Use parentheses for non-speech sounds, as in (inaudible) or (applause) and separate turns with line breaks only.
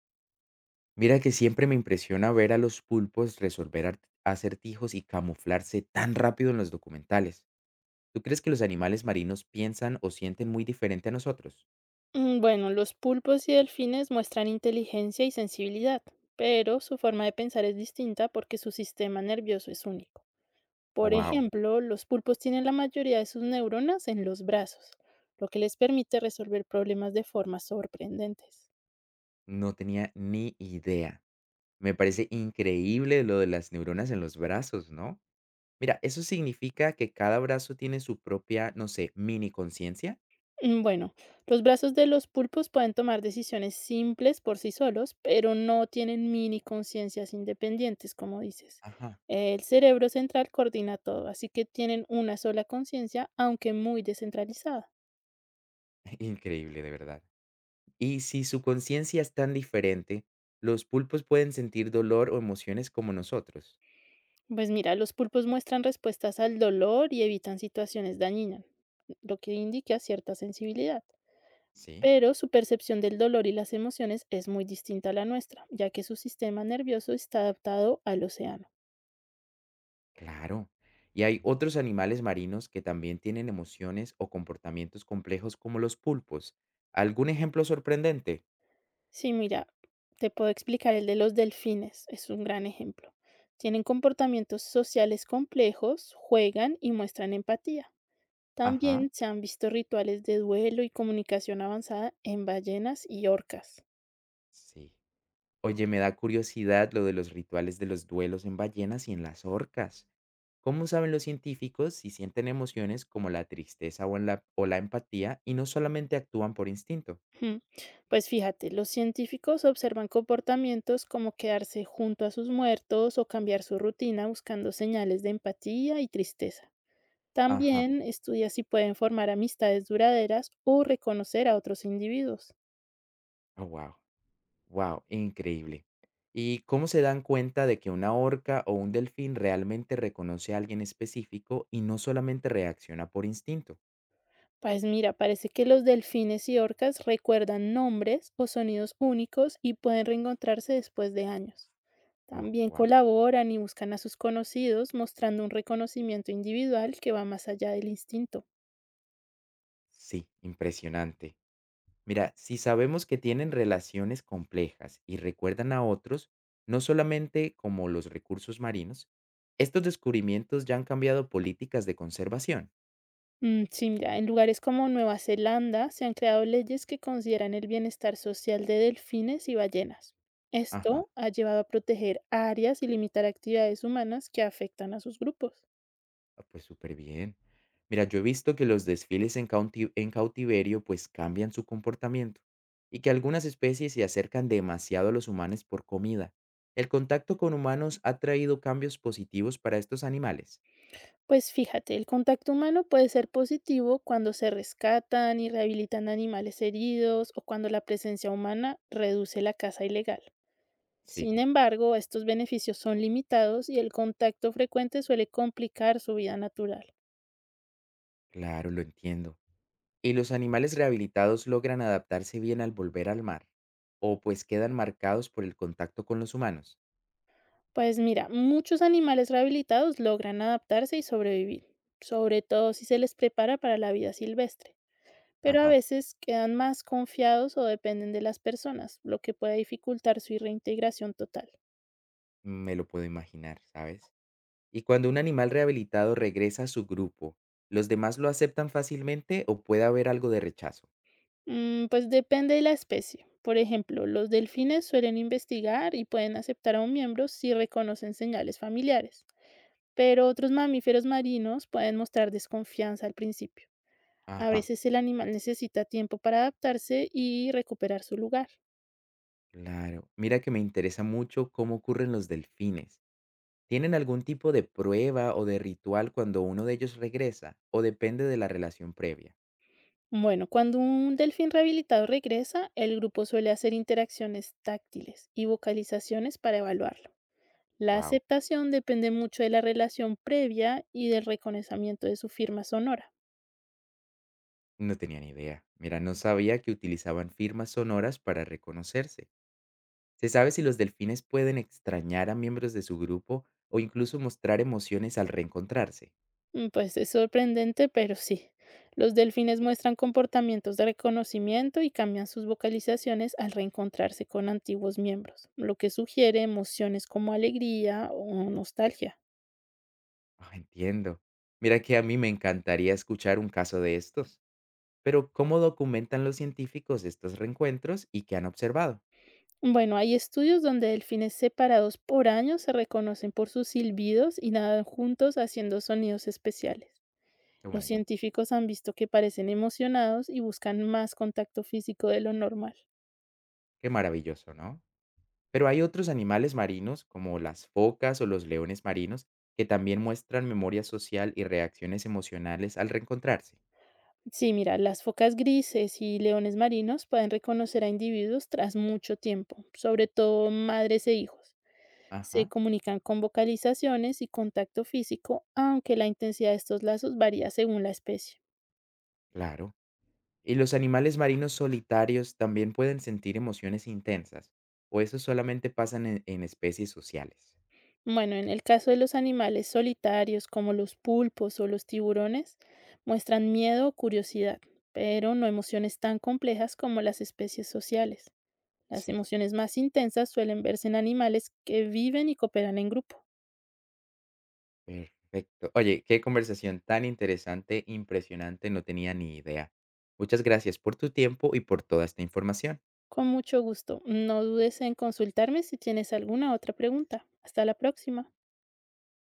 Mira que siempre me impresiona ver a los pulpos resolver acertijos y camuflarse tan rápido en los documentales. ¿Tú crees que los animales marinos piensan o sienten muy diferente a nosotros?
Bueno, los pulpos y delfines muestran inteligencia y sensibilidad, pero su forma de pensar es distinta porque su sistema nervioso es único.
Oh,
Por
wow,
ejemplo, los pulpos tienen la mayoría de sus neuronas en los brazos, lo que les permite resolver problemas de formas sorprendentes.
no tenía ni idea. Me parece increíble lo de las neuronas en los brazos, ¿no? Mira, eso significa que cada brazo tiene su propia, no sé, mini conciencia.
Mm, Bueno, los brazos de los pulpos pueden tomar decisiones simples por sí solos, pero no tienen mini conciencias independientes, como dices.
Ajá,
El cerebro central coordina todo, así que tienen una sola conciencia, aunque muy descentralizada.
(laughs) increíble de verdad. Y si su conciencia es tan diferente, los pulpos pueden sentir dolor o emociones como nosotros.
Pues mira, los pulpos muestran respuestas al dolor y evitan situaciones dañinas, lo que indica cierta sensibilidad.
Sí,
Pero su percepción del dolor y las emociones es muy distinta a la nuestra, ya que su sistema nervioso está adaptado al océano.
claro. Y hay otros animales marinos que también tienen emociones o comportamientos complejos como los pulpos. ¿Algún ejemplo sorprendente?
Sí, mira, te puedo explicar el de los delfines, es un gran ejemplo. Tienen comportamientos sociales complejos, juegan y muestran empatía.
Ajá.
También se han visto rituales de duelo y comunicación avanzada en ballenas y orcas.
Sí. Oye, me da curiosidad lo de los rituales de los duelos en ballenas y en las orcas. ¿Cómo saben los científicos si sienten emociones como la tristeza o, o la empatía y no solamente actúan por instinto?
Ujú. Pues fíjate, los científicos observan comportamientos como quedarse junto a sus muertos o cambiar su rutina buscando señales de empatía y tristeza.
Ajá.
También estudia si pueden formar amistades duraderas o reconocer a otros individuos.
Oh, wow. Wow, increíble. ¿Y cómo se dan cuenta de que una orca o un delfín realmente reconoce a alguien específico y no solamente reacciona por instinto?
Pues mira, parece que los delfines y orcas recuerdan nombres o sonidos únicos y pueden reencontrarse después de años.
Oh,
También
wow.
colaboran y buscan a sus conocidos, mostrando un reconocimiento individual que va más allá del instinto.
Sí, impresionante. Mira, si sabemos que tienen relaciones complejas y recuerdan a otros, no solamente como los recursos marinos, estos descubrimientos ya han cambiado políticas de conservación.
Mm, sí, mira, en lugares como Nueva Zelanda se han creado leyes que consideran el bienestar social de delfines y ballenas.
Ajá.
Esto ha llevado a proteger áreas y limitar actividades humanas que afectan a sus grupos.
Ah, pues súper bien. Mira, yo he visto que los desfiles en cautiverio pues cambian su comportamiento y que algunas especies se acercan demasiado a los humanos por comida. ¿El contacto con humanos ha traído cambios positivos para estos animales?
Pues fíjate, el contacto humano puede ser positivo cuando se rescatan y rehabilitan animales heridos o cuando la presencia humana reduce la caza ilegal.
Sí,
Sin embargo, estos beneficios son limitados y el contacto frecuente suele complicar su vida natural.
claro, lo entiendo. ¿Y los animales rehabilitados logran adaptarse bien al volver al mar? ¿O pues quedan marcados por el contacto con los humanos?
Pues mira, muchos animales rehabilitados logran adaptarse y sobrevivir, sobre todo si se les prepara para la vida silvestre, pero a
Ajá,
veces quedan más confiados o dependen de las personas, lo que puede dificultar su reintegración total.
me lo puedo imaginar, ¿sabes? Y cuando un animal rehabilitado regresa a su grupo, ¿los demás lo aceptan fácilmente o puede haber algo de rechazo?
Mm, pues depende de la especie. Por ejemplo, los delfines suelen investigar y pueden aceptar a un miembro si reconocen señales familiares, pero otros mamíferos marinos pueden mostrar desconfianza al principio. A
Ajá.
veces el animal necesita tiempo para adaptarse y recuperar su lugar.
Claro, mira que me interesa mucho cómo ocurren los delfines. ¿Tienen algún tipo de prueba o de ritual cuando uno de ellos regresa o depende de la relación previa?
Bueno, cuando un delfín rehabilitado regresa, el grupo suele hacer interacciones táctiles y vocalizaciones para evaluarlo. La
Wow,
aceptación depende mucho de la relación previa y del reconocimiento de su firma sonora.
no tenía ni idea. Mira, no sabía que utilizaban firmas sonoras para reconocerse. ¿Se sabe si los delfines pueden extrañar a miembros de su grupo o incluso mostrar emociones al reencontrarse?
Pues es sorprendente, pero sí. Los delfines muestran comportamientos de reconocimiento y cambian sus vocalizaciones al reencontrarse con antiguos miembros, lo que sugiere emociones como alegría o nostalgia.
Ah, entiendo. Mira que a mí me encantaría escuchar un caso de estos, pero ¿cómo documentan los científicos estos reencuentros y qué han observado?
Bueno, hay estudios donde delfines separados por años se reconocen por sus silbidos y nadan juntos haciendo sonidos especiales.
Qué
Los
bonito,
científicos han visto que parecen emocionados y buscan más contacto físico de lo normal.
qué maravilloso, ¿no? Pero hay otros animales marinos, como las focas o los leones marinos, que también muestran memoria social y reacciones emocionales al reencontrarse.
Sí, mira, las focas grises y leones marinos pueden reconocer a individuos tras mucho tiempo, sobre todo madres e hijos. Se
Ajá,
comunican con vocalizaciones y contacto físico, aunque la intensidad de estos lazos varía según la especie.
claro. ¿Y los animales marinos solitarios también pueden sentir emociones intensas? ¿O eso solamente pasa en especies sociales?
Bueno, en el caso de los animales solitarios como los pulpos o los tiburones, muestran miedo o curiosidad, pero no emociones tan complejas como las especies sociales. Las
Sí.
emociones más intensas suelen verse en animales que viven y cooperan en grupo.
Perfecto. Oye, qué conversación tan interesante, impresionante, no tenía ni idea. Muchas gracias por tu tiempo y por toda esta información.
Con mucho gusto. No dudes en consultarme si tienes alguna otra pregunta. Hasta la próxima.